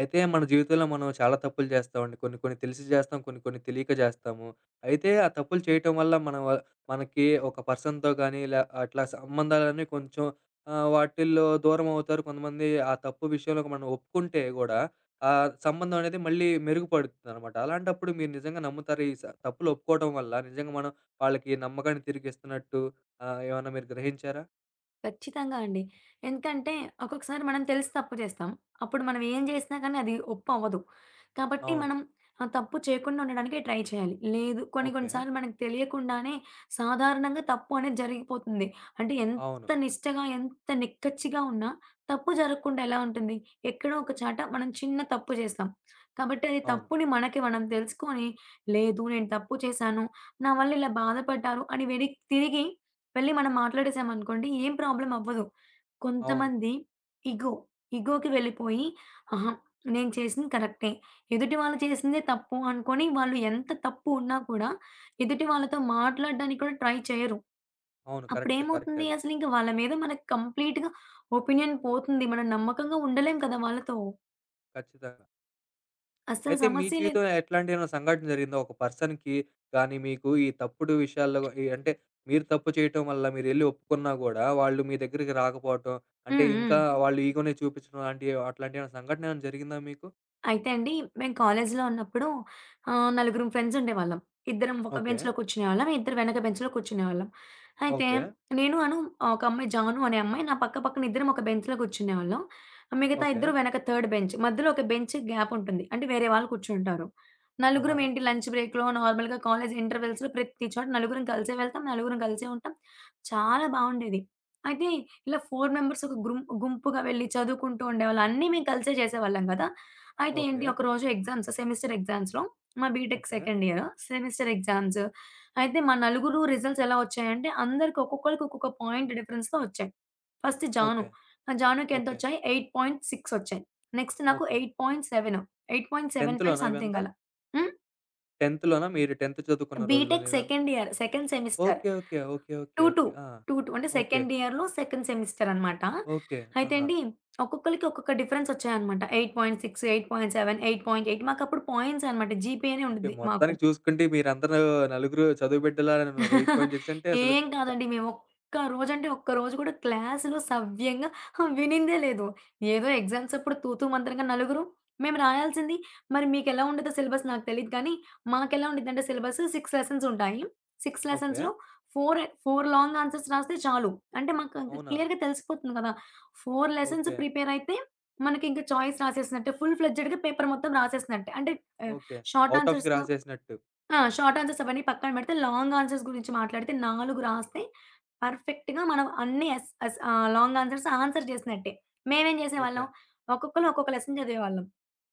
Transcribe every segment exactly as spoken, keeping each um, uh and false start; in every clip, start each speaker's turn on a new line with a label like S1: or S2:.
S1: అయితే మన జీవితంలో మనం చాలా తప్పులు చేస్తామండి. కొన్ని కొన్ని తెలిసి చేస్తాం. కొన్ని కొన్ని తెలియక చేస్తాము. అయితే ఆ తప్పులు చేయటం వల్ల మన వ మనకి ఒక పర్సన్‌తో గానీ ఇలా అట్లా సంబంధాలన్నీ కొంచెం ఆహ్, వాటిల్లో దూరం అవుతారు. కొంతమంది ఆ తప్పు విషయంలో మనం ఒప్పుకుంటే గూడా ఆ సంబంధం అనేది మళ్ళీ మెరుగుపడుతుందనమాట. అలాంటప్పుడు మీరు నిజంగా నమ్ముతారా? ఈ స తప్పులు ఒప్పుకోవడం వల్ల నిజంగా మనం వాళ్ళకి నమ్మకాన్ని తిరిగిస్తున్నట్టు ఆహ్, ఏమన్నా మీరు గ్రహించారా?
S2: ఖచ్చితంగా అండి. ఎందుకంటే ఒక్కొక్కసారి మనం తెలిసి తప్పు చేస్తాం. అప్పుడు మనం ఏం చేసినా కానీ అది ఒప్పవ్వదు. కాబట్టి
S1: అవును.
S2: మనం ఆ తప్పు చేయకుండా ఉండడానికే ట్రై చేయాలి. లేదు కొన్ని
S1: ఓకే.
S2: కొన్ని సార్లు మనకు తెలియకుండానే సాధారణంగా తప్పు అనేది జరిగిపోతుంది. అంటే
S1: అవును.
S2: ఎంత నిష్టగా, ఎంత నిక్కచ్చిగా ఉన్నా తప్పు జరగకుండా ఎలా ఉంటుంది? ఎక్కడో ఒక చోట మనం చిన్న తప్పు చేస్తాం. కాబట్టి అది
S1: అవును.
S2: తప్పుని మనకి మనం తెలుసుకొని లేదు నేను తప్పు చేశాను. నా వల్ల ఇలా బాధపడ్డారు అని వెనక్కి తిరిగి వెళ్ళి మనం మాట్లాడేసామనుకోండి ఏం ప్రాబ్లమ్ అవ్వదు.
S1: అవును.
S2: కొంతమంది ఇగో, ఇగోకి వెళ్ళిపోయి అహా! నేను చేసింది కరెక్టే. ఎదుటి వాళ్ళు చేసిందే తప్పు అనుకోని వాళ్ళు ఎంత తప్పు ఉన్నా కూడా ఎదుటి వాళ్ళతో మాట్లాడడానికి కూడా ట్రై చేయరు.
S1: అవును. కరెక్ట్. కరెక్ట్
S2: అప్పుడేమవుతుంది
S1: అది.
S2: అసలింక వాళ్ళ మీద మనకు కంప్లీట్‌గా ఒపీనియన్ పోతుంది. మనం నమ్మకంగా ఉండలేం కదా! వాళ్ళతో.
S1: ఖచ్చితంగా.
S2: అస్సలు
S1: అయితే మీ
S2: సమస్యే లేదు.
S1: జీవితంలో ఎట్లాంటి ఏమైనా సంఘటన జరిగిందా? ఒక పర్సన్‌కి గానీ, మీకు ఈ తప్పుడు విషయాల్లో ఈ అంటే మీరు తప్పు చేయటం వల్ల మీరెళ్లి ఒప్పుకున్నా గూడా, వాళ్ళు మీ దగ్గరికి రాకపోవటం, అంటే
S2: హ్మ్. హ్మ్.
S1: ఇంకా వాళ్ళు ఈగో‌నే చూపించడం లాంటివి అట్లాంటి ఏమైనా సంఘటన ఏమైనా జరిగిందా మీకు?
S2: అయితే అండి, మేము కాలేజీలో ఉన్నప్పుడు ఆహ్, నలుగురం ఫ్రెండ్స్ ఉండేవాళ్ళం. ఇద్దరం ఒక
S1: ఓకే.
S2: బెంచ్‌లో కూర్చునేవాళ్ళం. ఇద్దరు వెనక బెంచ్‌లో కూర్చునేవాళ్ళం. అయితే
S1: ఓకే.
S2: నేను అను ఒక అమ్మాయి జాను అనే అమ్మాయి నా పక్క పక్కన ఇద్దరం ఒక బెంచ్‌లో కూర్చునేవాళ్ళం. మిగతా
S1: ఓకే.
S2: ఇద్దరు వెనక థర్డ్ బెంచ్. మధ్యలో ఒక బెంచ్ గ్యాప్ ఉంటుంది. అంటే వేరే వాళ్ళు కూర్చుంటారు.
S1: ఆహా!
S2: నలుగురం ఏంటి లంచ్ బ్రేక్‌లో నార్మల్‌గా కాలేజ్ ఇంటర్వెల్స్‌లో ప్రతి చోట నలుగురం కలిసే వెళ్తాం. నలుగురం కలిసే ఉంటాం. చాలా బావుండేది. అయితే ఇలా నలుగురు మెంబర్స్ ఒక గ్రుం గుంపుగా వెళ్లి చదువుకుంటూ ఉండేవాళ్ళం. అన్నీ మేము కలిసే చేసేవాళ్ళం గదా! అయితే ఏంటి
S1: ఓకే.
S2: ఒకరోజు ఎగ్జామ్స్ సెమిస్టర్ ఎగ్జామ్స్‌లో మా BTech
S1: okay.
S2: Second year semester exams. అయితే మా నలుగురు రిజల్ట్స్ ఎలా వచ్చాయంటే అందరికి ఒక్కొక్కళ్ళకి ఒక్కొక్క పాయింట్ డిఫరెన్స్‌తో వచ్చాయి. ఫస్ట్ జాను.
S1: ఓకే.
S2: ఆ జానుకి
S1: ఓకే.
S2: ఎంతొచ్చాయి ఎనిమిది పాయింట్ ఆరు వచ్చాయి. నెక్స్ట్ నాకు
S1: ఓకే.
S2: ఎనిమిది పాయింట్ ఏడు
S1: 10థ్
S2: ఎనిమిది పాయింట్ ఏడు ఐదు
S1: లోనా
S2: సంథింగ్
S1: ఇవంతా?
S2: అలా. హ్మ్.
S1: 10థ్ లోనా? మీరు 10థ్ చదువుకున్న రోజుల్లోనా
S2: బీటెక్
S1: ఇదంతా?
S2: Second year second semester.
S1: Okay. Okay. Okay. Okay.
S2: రెండు, రెండు.
S1: ఓకే. ఆ!
S2: రెండు, రెండు అంటే
S1: ఓకే.
S2: సెకండ్ ఇయర్‌లో సెకండ్ సెమిస్టర్ అనమాట.
S1: ఓకే.
S2: అయితే
S1: ఆహా!
S2: అండి ఒక్కొక్కళ్ళకి ఒక్కొక్క డిఫరెన్స్ వచ్చాయన్నమాట. ఎనిమిది పాయింట్ ఆరు, ఎనిమిది పాయింట్ ఏడు, ఎనిమిది పాయింట్ ఎనిమిది మాకప్పుడు పాయింట్స్ అనమాట. జీపీఏనే
S1: ఓకే.
S2: ఉండిద్ది మాకు.
S1: మొత్తానికి చూసుకుంటే మీరందరూ నలుగురు చదువు బిడ్డలన్నారు. ఎనిమిది పాయింట్ ఆరు అంటే అసలు
S2: ఏం
S1: చ
S2: కాదండి. మేమొక్క రోజంటే ఒక్క రోజు కూడా క్లాస్‌లో సవ్యంగా వినిందే లేదు. ఏదో ఎగ్జామ్స్ అప్పుడు తూతూ మంత్రంగా నలుగురు మేము రాయాల్సింది మరి మీకెలా ఉంటదో సిలబస్ నాకు తెలీదు కానీ, మాకెలా ఉండిద్దంటే సిలబస్ ఆరు లెసన్స్ ఉంటాయి. ఆరు
S1: ఓకే.
S2: లెసన్స్‌లో నాలుగు నాలుగు లాంగ్ ఆన్సర్స్ రాస్తే చాలు. అంటే మాకు ఇంక
S1: అవునా?
S2: క్లియర్‌గా తెలిసిపోతుంది కదా! నాలుగు లెసన్స్
S1: ఓకే.
S2: ప్రిపేర్ అయితే మనకి ఇంక చాయిస్ రాసేసినట్టే. ఫుల్ ఫ్లెడ్జెడ్‌గా పేపర్ మొత్తం రాసేసినట్టే. అంటే ఆహ్,
S1: ఓకే.
S2: షార్ట్
S1: ఔట్ ఆఫ్‌కి
S2: ఆన్సర్స్
S1: రాసేసినట్టు.
S2: ఆ! షార్ట్ ఆన్సర్స్ అవన్నీ పక్కన పెడితే, లాంగ్ ఆన్సర్స్ గురించి మాట్లాడితే నాలుగు రాస్తే పర్ఫెక్ట్‌గా మనం అన్ని యస్ యస్ ఆహ్, లాంగ్ ఆన్సర్స్ ఆన్సర్ చేసినట్టే. మేమేం
S1: ఓకే.
S2: చేసేవాళ్ళం, ఒక్కొక్కళ్ళం ఒక్కొక్క లెసన్ చదివేవాళ్ళం.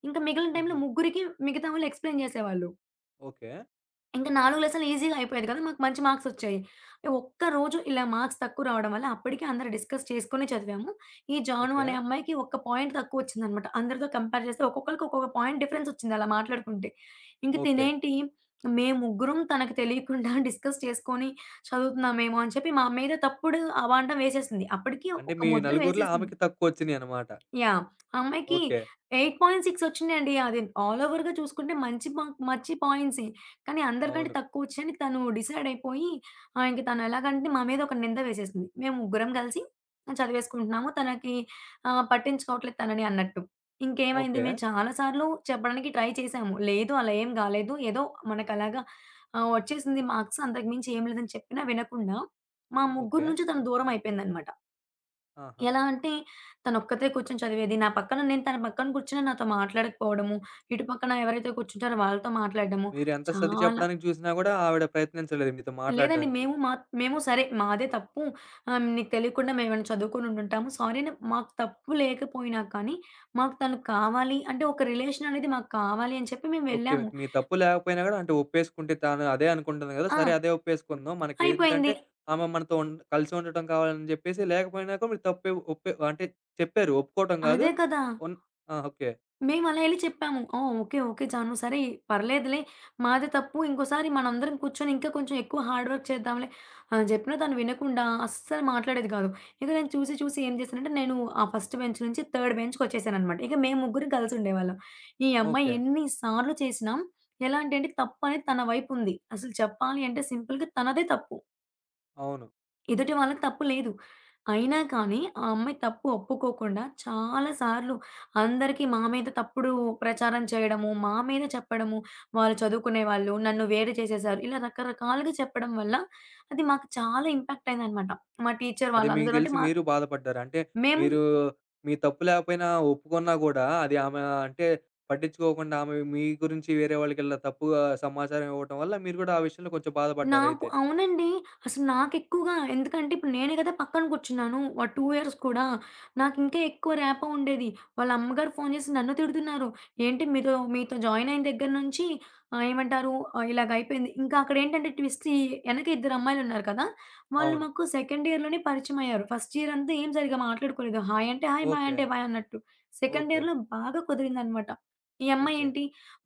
S2: ఇంకా మిగిలిన టైంలో
S1: హుహు.
S2: ముగ్గురికి మిగతా వాళ్ళు ఎక్స్‌ప్లెయిన్ చేసేవాళ్ళు.
S1: ఓకే.
S2: ఇంకా నాలుగు లెసన్‌లు ఈజీగా అయిపోయేది కదా! మాకు మంచి మార్క్సొచ్చాయి. ఒక్కరోజు ఇలా మార్క్స్ తక్కువ రావడం వల్ల అప్పటికి అందరూ డిస్కస్ చేసుకొని చదివాము. ఈ జాను
S1: ఓకే.
S2: అనే అమ్మాయికి ఒక్క పాయింట్ తక్కువొచ్చిందనమాట. అందరితో కంపేర్ చేస్తే ఒక్కొక్కళ్ళకి ఒక్కొక్క పాయింట్ డిఫరెన్సొచ్చింది అలా మాట్లాడుకుంటే. ఇంక
S1: ఓకే.
S2: తినేంటి మేము ముగ్గురం తనకు తెలియకుండా డిస్కస్ చేసుకొని చదువుతున్నామేమో అని చెప్పి మా మీద తప్పుడు అబాండం వేసేసింది. అప్పటికి
S1: అంటే
S2: ఒక
S1: మీ
S2: ముద్ర
S1: నలుగురిలో
S2: వేసేసింది.
S1: ఆమెకి తక్కువొచ్చినియనమాట.
S2: యాహ్! ఆ అమ్మాయికి
S1: ఓకే.
S2: ఎనిమిది పాయింట్ ఆరు వచ్చినాయండి. అది ఆల్ ఓవర్‌గా చూసుకుంటే మంచి మార్క్ మంచి పాయింట్సే. కానీ అందరికంటే
S1: అవును.
S2: తక్కువొచ్చాయని తను డిసైడ్ అయిపోయి ఆహ్, ఇంక తను ఎలాగంటే మా మీద ఒక నింద వేసేసింది. మేము ముగ్గురం కలిసి చదివేసుకుంటున్నాము. తనకి ఆహ్, పట్టించుకోవట్లేదు తనని అన్నట్టు. ఇంకేమైంది
S1: ఓకే.
S2: మేము చాలా సార్లు చెప్పడానికి ట్రై చేశాము. లేదు అలా ఏం కాలేదు. ఏదో మనకలాగా ఆహ్, వచ్చేసింది మార్క్స్ అంతకు మించి ఏం లేదని చెప్పినా వినకుండా మా ముగ్గురు
S1: ఓకే.
S2: నుంచి తను దూరం అయిపోయిందన్నమాట.
S1: ఆహా!
S2: ఎలా అంటే తనొక్కతే కూర్చొని చదివేది. నా పక్కన నేను తన పక్కన కూర్చున్నా నాతో మాట్లాడకపోవడము. ఇటు పక్కన ఎవరైతే కూర్చుంటారో వాళ్ళతో మాట్లాడడము.
S1: మీరెంత సర్ది
S2: చాలా
S1: చెప్పడానికి చూసినా గూడా ఆవిడ ప్రయత్నించలేదు మీతో
S2: లేదండి.
S1: మాట్లాడడానికి.
S2: మేము మా మేము సరే మాదే తప్పు. ఆహ్, నీకు తెలియకుండా మేమేమైనా చదువుకొని ఉండుంటాము. సారీ అని మాకు తప్పు లేకపోయినా కానీ, మాకు తను కావాలి అంటే ఒక రిలేషన్ అనేది మాకు కావాలి అని చెప్పి మేము
S1: ఓకే.
S2: వెళ్ళాము.
S1: మీ తప్పు లేకపోయినా గూడా అంటే ఒప్పేసుకుంటే తాను అదే అనుకుంటుంది గదా!
S2: ఆ!
S1: సరే అదే ఒప్పేసుకుందాం. మనకేంటంటే
S2: అయిపోయింది.
S1: ఆమె మనతో ఉన్ కలిసి ఉండటం కావాలని జెప్పేసి లేకపోయినా కూడా మీరు తప్పే ఒప్పే అంటే చెప్పారు. ఒప్పుకోవటం గాదు.
S2: అదే కదా!
S1: ఉన్ ఆ! ఓకే.
S2: మేమలా ఎళ్లి చెప్పాము. "ఓహ్! ఓకే. ఓకే. జాను సరే పర్లేదులే. మాదే తప్పు. ఇంకోసారి మనందరం కూర్చొని ఇంకా కొంచెం ఎక్కువ హార్డ్ వర్క్ చేద్దాంలే" అని చెప్పినా తను వినకుండా అస్సలు మాట్లాడేది కాదు. ఇక నేను చూసి చూసి ఏం చేశానంటే నేను ఆ ఫస్ట్ బెంచ్ నుంచి థర్డ్ బెంచ్‌కొచ్చేసాననమాట. ఇక మేము ముగ్గురం కలిసుండేవాళ్ళం. ఈ అమ్మాయి
S1: ఓకే.
S2: ఎన్ని సార్లు చేసినా ఎలాంటి అంటే తప్పనేది తన వైపుంది. అసలు చెప్పాలి అంటే సింపుల్‌గా తనదే తప్పు.
S1: అవును.
S2: ఎదుటి వాళ్ళకి తప్పు లేదు. అయినా కానీ ఆ అమ్మాయి తప్పు ఒప్పుకోకుండా చాలా సార్లు అందరికీ మా మీద తప్పుడు ప్రచారం చేయడము, మా మీద చెప్పడము, వాళ్ళు చదువుకునేవాళ్ళు, నన్ను వేరు చేసేసారు. ఇలా రకరకాలుగా చెప్పడం వల్ల అది మాకు చాలా ఇంపాక్ట్ అయిందనమాట. మా టీచర్
S1: అది మీకు
S2: వాళ్ళందరూ అంటే
S1: తెలిసి
S2: మా
S1: మీరు బాధపడ్డారు. అంటే
S2: మేము
S1: మీరు మీ తప్పు లేకపోయినా ఒప్పుకున్నా గూడా అది ఆమె అంటే పట్టించుకోకుండా ఆమె మీ గురించి వేరే వాళ్ళకిలా తప్పుగా సమాచారం ఇవ్వటం వల్ల మీరు గూడా ఆ విషయంలో కొంచెం
S2: నాకు
S1: బాధపడ్డారయితే.
S2: అవునండి. అసలు నాకెక్కువగా ఎందుకంటే ఇప్పుడు నేనే కదా పక్కన కూర్చున్నాను. వ రెండు ఇయర్స్ కూడా. నాకింకా ఎక్కువ ర్యాపో ఉండేది. వాళ్ళ అమ్మగారు ఫోను చేసి నన్ను తిడుతున్నారు. "ఏంటి మీతో మీతో జాయిన్ అయిన దగ్గర నుంచి ఆహ్, ఏమంటారు ఆహ్, ఇలాగయిపోయింది." ఇంకా అక్కడేంటంటే ట్విస్ట్ ఈ వెనక ఇద్దరమ్మాయిలున్నారు కదా! వాళ్ళు
S1: అవును.
S2: మాకు సెకండ్ ఇయర్‌లోనే పరిచయమయ్యారు. ఫస్ట్ ఇయర్ అంతా ఏం సరిగ్గా మాట్లాడుకోలేదు. హాయ్ అంటే హాయ్, బాయ్
S1: ఓకే.
S2: అంటే బాయ్ అన్నట్టు. Second
S1: okay.
S2: ఇయర్‌లో బాగా కుదిరిందనమాట. ఈ
S1: ఓకే.
S2: అమ్మాయేంటి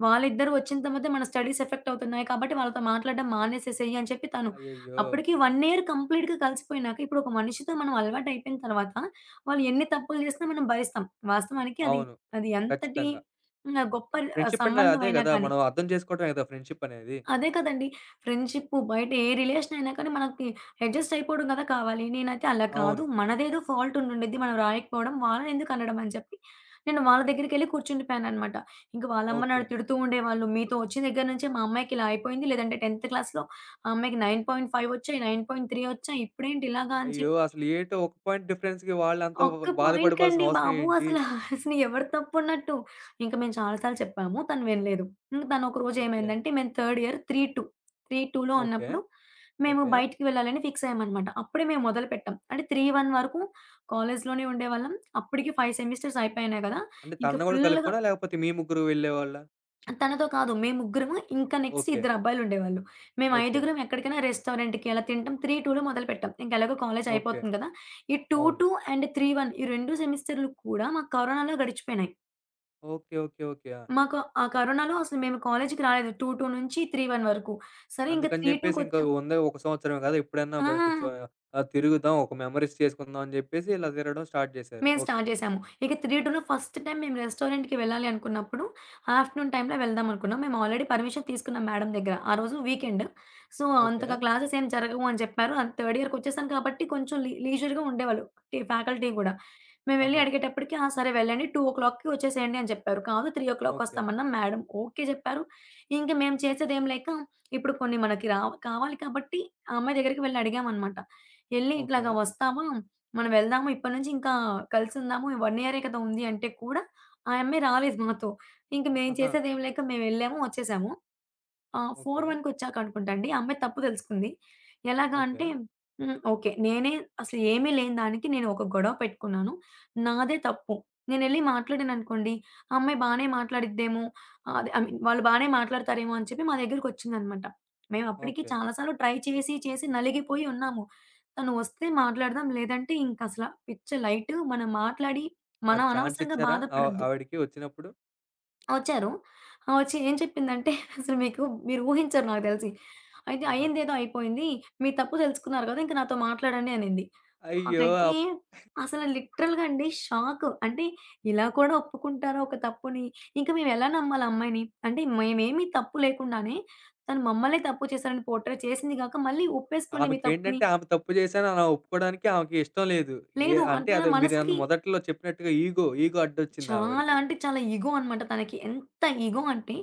S2: వాళ్ళిద్దరూ వచ్చిన తర్వాత మన స్టడీస్ ఎఫెక్ట్ అవుతున్నాయి కాబట్టి వాళ్ళతో మాట్లాడడం మానేసేసేయి అని చెప్పి తను.
S1: అయ్యయ్యో!
S2: అప్పటికి ఒక ఇయర్ కంప్లీట్‌గా కలిసిపోయినాక ఇప్పుడు ఒక మనిషితో మనం అలవాటు అయిపోయిన తర్వాత వాళ్ళు ఎన్ని తప్పులు చేసినా మనం భరిస్తాం. వాస్తవానికి అది
S1: అవును.
S2: అది ఎంతటి
S1: ఖచ్చితంగా.
S2: హ్మ్. గొప్ప ఆహ్,
S1: ఫ్రెండ్‌షిప్ అంటే అదే
S2: సంబంధమైనా
S1: గదా!
S2: కానీ.
S1: మనం అర్థం చేసుకోవటమే గదా! ఫ్రెండ్‌షిప్ అనేది.
S2: అదే కదండీ! ఫ్రెండ్‌షిప్పు బయట ఏ రిలేషన్ అయినా కానీ మనకి అడ్జస్ట్ అయిపోవడం కదా కావాలి. నేనైతే అలా కాదు.
S1: అవును.
S2: మనదేదో ఫాల్ట్ ఉండుండిద్ది. మనం రాయకపోవడం. వాళ్ళని ఎందుకు అనడం అని చెప్పి నేను వాళ్ళ దగ్గరికెళ్ళి కూర్చుండిపోయాననమాట. ఇంక వాళ్ళమ్మ
S1: ఓకే.
S2: నన్ను తిడుతూ ఉండేవాళ్ళు. మీతో వచ్చిన దగ్గర నుంచే మా అమ్మాయికి ఇలా అయిపోయింది. లేదంటే 10థ్ క్లాస్‌లో ఆ అమ్మాయికి తొమ్మిది పాయింట్ ఐదు వచ్చాయి. తొమ్మిది పాయింట్ మూడు వచ్చాయి. ఇప్పుడేంటి ఇలాగా అని
S1: అయ్యో!
S2: చెప్పి
S1: అసలు ఏటో ఒక పాయింట్ డిఫరెన్స్‌కి వాళ్ళంత
S2: ఒక్క పాయింట్‌కండి
S1: బాధపడిపోవాల్సిన అవసరం
S2: బాబు
S1: ఏంటి?
S2: అసల అసలు ఎవరు తప్పున్నట్టు. ఇంక మేము చాలా సార్లు చెప్పాము. తను వినలేదు. ఇంక తను ఒకరోజు
S1: ఓకే.
S2: ఏమైందంటే మేము థర్డ్ ఇయర్ మూడు, రెండు మూడు, 2లో
S1: ఓకే.
S2: ఉన్నప్పుడు మేము
S1: ఓకే.
S2: బయటికి వెళ్ళాలని ఫిక్స్ అయ్యామనమాట. అప్పుడే మేము మొదలుపెట్టాం. అంటే మూడు, ఒకటి వరకు కాలేజ్‌లోనే ఉండేవాళ్ళం. అప్పటికి ఐదు సెమిస్టర్స్ అయిపోయినాయి గదా!
S1: అంటే
S2: ఇంక
S1: తనని గూడా
S2: ఫుల్‌గా
S1: కలుపుకోనా? లేకపోతే మీ ముగ్గురు వెళ్ళేవాళ్ళా?
S2: తనతో కాదు. మేము ముగ్గురము ఇంకా నెక్స్ట్
S1: ఓకే.
S2: ఇద్దరబ్బాయిలుండేవాళ్ళు. మేము
S1: ఓకే.
S2: ఐదుగురం ఎక్కడికైనా రెస్టారెంట్‌కి అలా తింటాం. మూడు, 2లో మొదలుపెట్టాం. ఇంక ఎలాగో కాలేజ్
S1: ఓకే.
S2: అయిపోతుంది కదా! ఈ రెండు,
S1: అవును.
S2: రెండు అండ్ మూడు, ఒకటి ఈ రెండు సెమిస్టర్‌లు కూడా మాకు కరోనాలో గడిచిపోయినాయి.
S1: ఓకే. ఓకే. ఓకే. ఆ!
S2: మాకు ఆ కరోనాలో అసలు మేము కాలేజ్‌కి రాలేదు. రెండు, రెండు నుంచి మూడు, ఒకటి వరకు. సరే ఇంక మూడు,
S1: అందుకని జెప్పేసి ఇంకా
S2: 2కొచ్చాం
S1: ఉందే ఒక సంవత్సరమే గదా! ఎప్పుడన్నా
S2: ఆ!
S1: బ కొంచెం ఆహ్, తిరుగుదాం, ఒక మెమోరీస్ చేసుకుందాం అని జెప్పేసి ఇలా తిరగడం స్టార్ట్ జేశారు.
S2: మేము
S1: ఓకే.
S2: స్టార్ట్ జేశాము. ఇక మూడు ఫస్ట్ టైమ్ మేము రెస్టారెంట్‌కి వెళ్ళాలి అనుకున్నప్పుడు ఆఫ్టర్‌నూన్ టైమ్‌లో వెళ్దాం అనుకున్నాం. మేము ఆల్రెడీ పర్మిషన్ తీసుకున్నాం మేడం దగ్గర. ఆ రోజు వీకెండ్. So,
S1: okay.
S2: అంతగా క్లాసెస్ ఏం జరగవు అని చెప్పారు. అండ్ థర్డ్ ఇయర్‌కొచ్చేసాను కాబట్టి కొంచెం లీ లీజర్‌గా ఉండేవాళ్ళు టీ ఫ్యాకల్టీ గూడా. మేము వెళ్లి
S1: ఆహా!
S2: అడిగేటప్పటికి, "ఆ! సరే వెళ్ళండి. 2:00కి వచ్చేసేయండి" అని చెప్పారు. కాదు మూడు గంటలకు
S1: ఓకే.
S2: వస్తామన్నాం మేడం. ఓకే చెప్పారు. ఇంక మేము చేసేదేం లేక ఇప్పుడు కొన్ని మనకి రావ్ కావాలి కాబట్టి ఆ అమ్మాయి దగ్గరికి వెళ్లి అడిగామనమాట. ఎళ్లి
S1: ఓకే.
S2: ఇట్లాగా వస్తావా? మనం వెళ్దాము. ఇప్పటి నుంచి ఇంకా కలిసుందాము. ఒక ఇయరే కదా! ఉంది అంటే కూడా, ఆ అమ్మాయి రాలేదు మాతో. ఇంక మేము
S1: ఆహా!
S2: చేసేదేం లేక మేమెళ్ళాము, వచ్చేసాము. ఆ!
S1: ఓకే.
S2: నాలుగు ఒకటి అనుకుంటా అండి. ఆ అమ్మాయి తప్పు తెలుసుకుంది. ఎలాగా
S1: ఓకే.
S2: అంటే హ్మ్. ఓకే. నేనే అసలు ఏమీ లేని దానికి నేను ఒక గొడవ పెట్టుకున్నాను. నాదే తప్పు. నేనెళ్లి మాట్లాడాననుకోండి, ఆ అమ్మాయి బానే మాట్లాడిద్దేమో, ఆహ్, అదే ఐ మీన్ వాళ్ళు బానే మాట్లాడతారేమో అని చెప్పి మా దగ్గరికొచ్చిందనమాట. మేము అప్పటికి
S1: ఓకే.
S2: చాలా సార్లు ట్రై చేసి, చేసి నలిగిపోయి ఉన్నాము. తను వస్తే మాట్లాడదాం, లేదంటే ఇంకసల పిచ్చ లైటు. మనం మాట్లాడి
S1: మరి
S2: మనం అనవసరంగా
S1: ఛాన్సిచ్చారా? ఆవ్
S2: బాధపడొద్దు.
S1: ఆవిడకి వచ్చినప్పుడు?
S2: వచ్చారు. ఆ! వచ్చి ఏం చెప్పిందంటే అసలు మీకు మీరు ఊహించరు నాకు తెలిసి. అయితే
S1: ఆహా!
S2: అయిందేదో అయిపోయింది. మీ తప్పు తెలుసుకున్నారు కదా! ఇంక నాతో మాట్లాడండి అనింది.
S1: అయ్యో!
S2: నాకైతే
S1: అప్
S2: అసలు లిటరల్‌గా అండి షాకు. అంటే ఇలా కూడా ఒప్పుకుంటారా ఒక తప్పుని? ఇంక మేమెలా నమ్మాలి ఆ అమ్మాయిని? అంటే మేమేమి తప్పు లేకుండానే తను మమ్మల్నే తప్పు చేశారని పోర్ట్రే చేసింది గాక మళ్ళీ ఒప్పేసుకోండి మీ తప్పుని.
S1: ఆమెకేంటంటే ఆమె తప్పు చేశానని ఆమె ఒప్పుకోవడానికి ఆమెకి ఇష్టం లేదు. ఏ
S2: లేదు
S1: అంటే
S2: అంటే
S1: అదే మీరన్
S2: మనసుకి
S1: మొదట్లో చెప్పినట్టుగా ఈగో, ఈగో అడ్డొచ్చింది
S2: చాలా
S1: ఆవిడకి.
S2: అంటే చాలా ఇగో అనమాట తనకి. ఎంత ఇగో అంటే,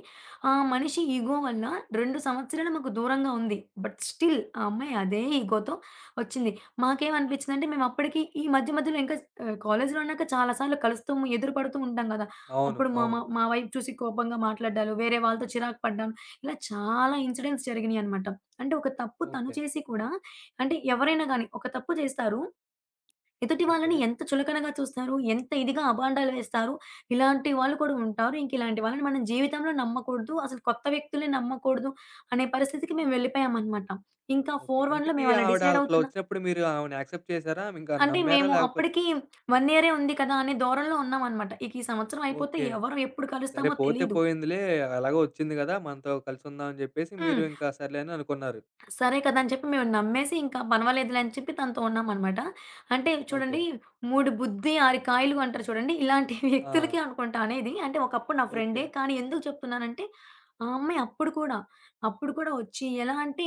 S2: ఆ మనిషి ఇగో వల్ల రెండు సంవత్సరాలు మాకు దూరంగా ఉంది. బట్ స్టిల్ ఆ అమ్మాయి అదే ఇగోతో వచ్చింది. మాకేమనిపించిందంటే మేమప్పటికి ఈ మధ్య మధ్యలో ఇంకా ఆహ్, కాలేజ్‌లో ఉన్నాక చాలా సార్లు కలుస్తాము, ఎదురు పడుతూ ఉంటాం గదా!
S1: అవును.
S2: అప్పుడు మా మా
S1: అవును.
S2: మా వైపు చూసి కోపంగా మాట్లాడ్డాలు, వేరే వాళ్ళతో చిరాకు పడ్డాం. ఇలా చాలా ఇన్సిడెంట్స్ జరిగినియనమాట. అంటే ఒక తప్పు తను
S1: ఓకే.
S2: చేసి కూడా అంటే ఎవరైనా గానీ ఒక తప్పు చేస్తారు ఎదుటి
S1: ఓకే.
S2: వాళ్ళని ఎంత చులకనగా చూస్తారు, ఎంత ఇదిగా అబాండాలు వేస్తారు. ఇలాంటి వాళ్ళు కూడా ఉంటారు. ఇంక ఇలాంటి వాళ్ళని మనం జీవితంలో నమ్మకూడదు. అసలు కొత్త వ్యక్తుల్ని నమ్మకూడదు అనే పరిస్థితికి మేము వెళ్ళిపోయామనమాట. ఇంకా నాలుగు,
S1: ఓకే.
S2: 1లో
S1: ఇంతకీ
S2: మేము అలా
S1: ఆవిడ
S2: డిసైడ్
S1: అట్లా
S2: అవుతున్నాం.
S1: వచ్చినప్పుడు మీరు ఆమెని యాక్సెప్ట్ చేశారా? ఇంకా
S2: అంటే
S1: నమ్మారా?
S2: మేము
S1: లేకపోతే
S2: అప్పటికి ఒక ఇయరే ఉంది కదా! అనే ధోరణిలో ఉన్నామనమాట. ఇక ఈ సంవత్సరం అయిపోతే
S1: ఓకే.
S2: ఎవరు ఎప్పుడు
S1: సరే
S2: కలుస్తామో
S1: పోతే
S2: తెలీదు.
S1: పోయిందిలే ఎలాగో వచ్చింది గదా! మనతో కలిసుందాం అని జెప్పేసి మీరు
S2: హ్మ్.
S1: ఇంకా సర్లే అని అనుకున్నారు.
S2: సరే కదా! అని చెప్పి మేము నమ్మేసి ఇంకా పర్వాలేదులే అని చెప్పి తనతో ఉన్నామనమాట. అంటే
S1: ఓకే.
S2: చూడండి మూడు బుద్ధి ఆరు కాయలు అంటారు చూడండి. ఇలాంటి
S1: ఆ!
S2: వ్యక్తులకే అనుకుంటా అనేది. అంటే ఒకప్పుడు నా
S1: ఓకే.
S2: ఫ్రెండే కానీ ఎందుకు చెప్తున్నానంటే ఆ అమ్మాయి అప్పుడు కూడా, అప్పుడు కూడా వచ్చి ఎలా అంటే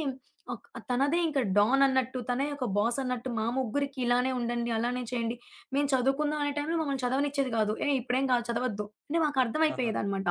S2: ఒక్ తనదే ఇంకా డాన్ అన్నట్టు, తనే ఒక బాస్ అన్నట్టు మా ముగ్గురికి ఇలానే ఉండండి, అలానే చేయండి. మేము చదువుకుందాం అనే టైంలో మమ్మల్ని చదవనిచ్చేది కాదు. "ఏయ్! ఇప్పుడేం కాదు చదవద్దు" అంటే మాకు
S1: ఆహా!
S2: అర్థమైపోయేదనమాట.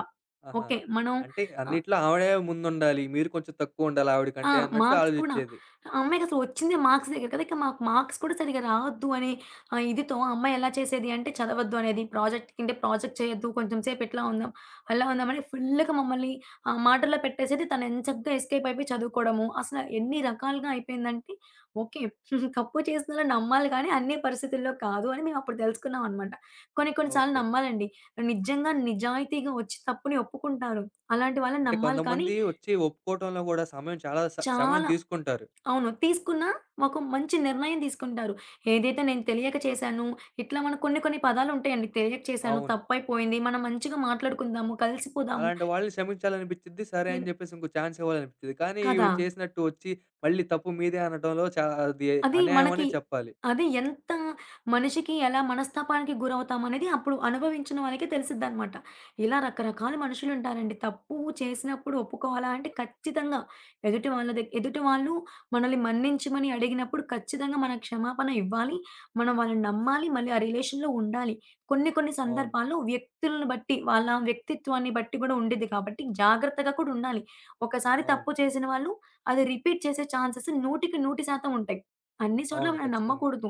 S1: ఆహా!
S2: ఓకే. మనం
S1: అంటే
S2: ఆ!
S1: అన్నిట్లో ఆవిడే ముందుండాలి. మీరు కొంచెం తక్కువుండాలి
S2: ఆ!
S1: ఆవిడకంటే అన్నట్టు
S2: మార్క్స్ కూడా.
S1: ఆలోచిచ్చేది.
S2: ఆ అమ్మాయికి అసలు వచ్చిందే మార్క్స్ దగ్గర కదా! ఇక మాకు మార్క్స్ కూడా సరిగ్గా రావద్దు అనే ఆహ్, ఇదితో ఆ అమ్మాయి ఎలా చేసేది అంటే చదవద్దు అనేది. ప్రాజెక్ట్ అంటే ప్రాజెక్ట్ చేయొద్దు. కొంచెం సేపు ఇట్లా ఉందాం, అలా ఉందాం అని ఫుల్‌గా మమ్మల్ని ఆ మాటల్లో పెట్టేసేది. తను ఎంచక్కా ఎస్కేప్ అయిపోయి చదువుకోవడము. అసలు ఎన్ని రకాలుగా అయిపోయిందంటే ఓకే. తప్పు చేస్తున్నారని నమ్మాలి కానీ అన్ని పరిస్థితుల్లో కాదు అని మేము అప్పుడు తెలుసుకున్నాం అనమాట. కొన్ని కొన్ని సార్లు
S1: ఓకే.
S2: నమ్మాలండి. నిజంగా నిజాయితీగా వచ్చి తప్పుని ఒప్పుకుంటారు. అలాంటి వాళ్ళని
S1: అంటే
S2: నమ్మాలి కానీ
S1: కొంతమంది వచ్చి ఒప్పుకోవటంలో గూడా సమయం చాలా స సమయం
S2: చాలా
S1: తీసుకుంటారు.
S2: అవును. తీసుకున్నా ఒక మంచి నిర్ణయం తీసుకుంటారు. ఏదైతే నేను తెలియక చేశాను, ఇట్లా మనకు కొన్ని కొన్ని పదాలుంటాయండి. తెలియక చేశాను,
S1: అవును.
S2: తప్పైపోయింది, మనం మంచిగా మాట్లాడుకుందాము, కలిసిపోదాము.
S1: అలాంటి వాళ్ళని క్షమించాలనిపిచ్చిద్ది. సరే అని
S2: ఎన్
S1: జెప్పేసి ఇంకో ఛాన్స్ ఇవ్వాలనిపిచ్చిద్ది. కానీ
S2: కదా!
S1: ఈవిడ చేసినట్టు వచ్చి మళ్ళీ తప్పు మీదే అనటంలో చా అది
S2: అది
S1: అన్యాయం
S2: మనకి
S1: అనే చెప్పాలి.
S2: అది ఎంత మనిషికి ఎలా మనస్తాపానికి గురవుతామనేది అప్పుడు అనుభవించిన వాళ్ళకే తెలిసిద్దనమాట. ఇలా రకరకాల మనుషులుంటారండి. తప్పు చేసినప్పుడు ఒప్పుకోవాలా అంటే ఖచ్చితంగా ఎదుటి వాళ్ళ దగ్ ఎదుటి వాళ్ళు మనల్ని మన్నించమని అడిగినప్పుడు ఖచ్చితంగా మనం క్షమాపణ ఇవ్వాలి. మనం వాళ్ళని నమ్మాలి. మళ్ళీ ఆ రిలేషన్‌లో ఉండాలి. కొన్ని కొన్ని
S1: అవును.
S2: సందర్భాల్లో వ్యక్తులను బట్టి, వాళ్ళ వ్యక్తిత్వాన్ని బట్టి గూడా ఉండిద్ది కాబట్టి జాగ్రత్తగా కూడా ఉండాలి. ఒకసారి
S1: అవును.
S2: తప్పు చేసిన వాళ్ళు అది రిపీట్ చేసే ఛాన్సెస్ 100కి వంద శాతం ఉంటాయి. అన్ని చోట్ల
S1: అవును.
S2: మనం
S1: ఖచ్చితంగా.
S2: నమ్మకూడదు.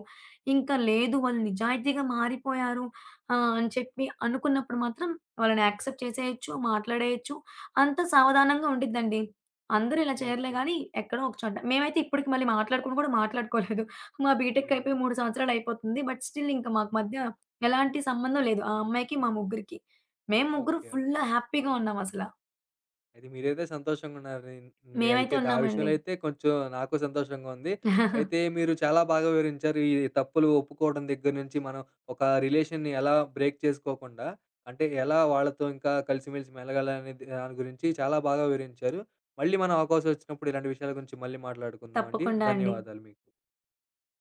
S2: ఇంకా లేదు వాళ్ళు నిజాయితీగా మారిపోయారు ఆహ్, అని చెప్పి అనుకున్నప్పుడు మాత్రం వాళ్ళని యాక్సెప్ట్ చేసేయొచ్చు, మాట్లాడేయొచ్చు. అంత సావధానంగా ఉండిద్దండి. అందరూ ఇలా చేయరులే
S1: ఓకే.
S2: గానీ ఎక్కడో ఒక చోట. మేమైతే ఇప్పటికి మళ్ళీ మాట్లాడుకొని కూడా మాట్లాడుకోలేదు. మా బీటెక్
S1: అయ్యో!
S2: అయిపోయి మూడు సంవత్సరాలు అయిపోతుంది. బట్ స్టిల్ ఇంకా మాకు మధ్య ఎలాంటి సంబంధం లేదు. ఆ అమ్మాయికి, మా ముగ్గురికి. మేము ముగ్గురు
S1: ఓకే.
S2: Full
S1: okay.
S2: హ్యాపీగా ఉన్నామసల.
S1: అయితే మీరైతే సంతోషంగున్నారండి.
S2: మేమైతే
S1: అయితే దా ఆ విషయంలో
S2: ఉన్నామండి.
S1: అయితే కొంచెం నాకు సంతోషంగా ఉంది. అయితే మీరు చాలా బాగా వివరించారు. ఈ తప్పులు ఒప్పుకోవడం దగ్గర నుంచి మనం ఒక రిలేషన్‌ని ఎలా బ్రేక్ చేసుకోకుండా, అంటే ఎలా వాళ్ళతో ఇంకా కలిసిమెలిసి మెలగాలనే దాని గురించి చాలా బాగా వివరించారు. మళ్ళీ మనం అవకాశం వచ్చినప్పుడు ఇలాంటి విషయాల గురించి మళ్ళీ మాట్లాడుకుందామండి.
S2: తప్పకుండా అండి.
S1: ధన్యవాదాలు మీకు.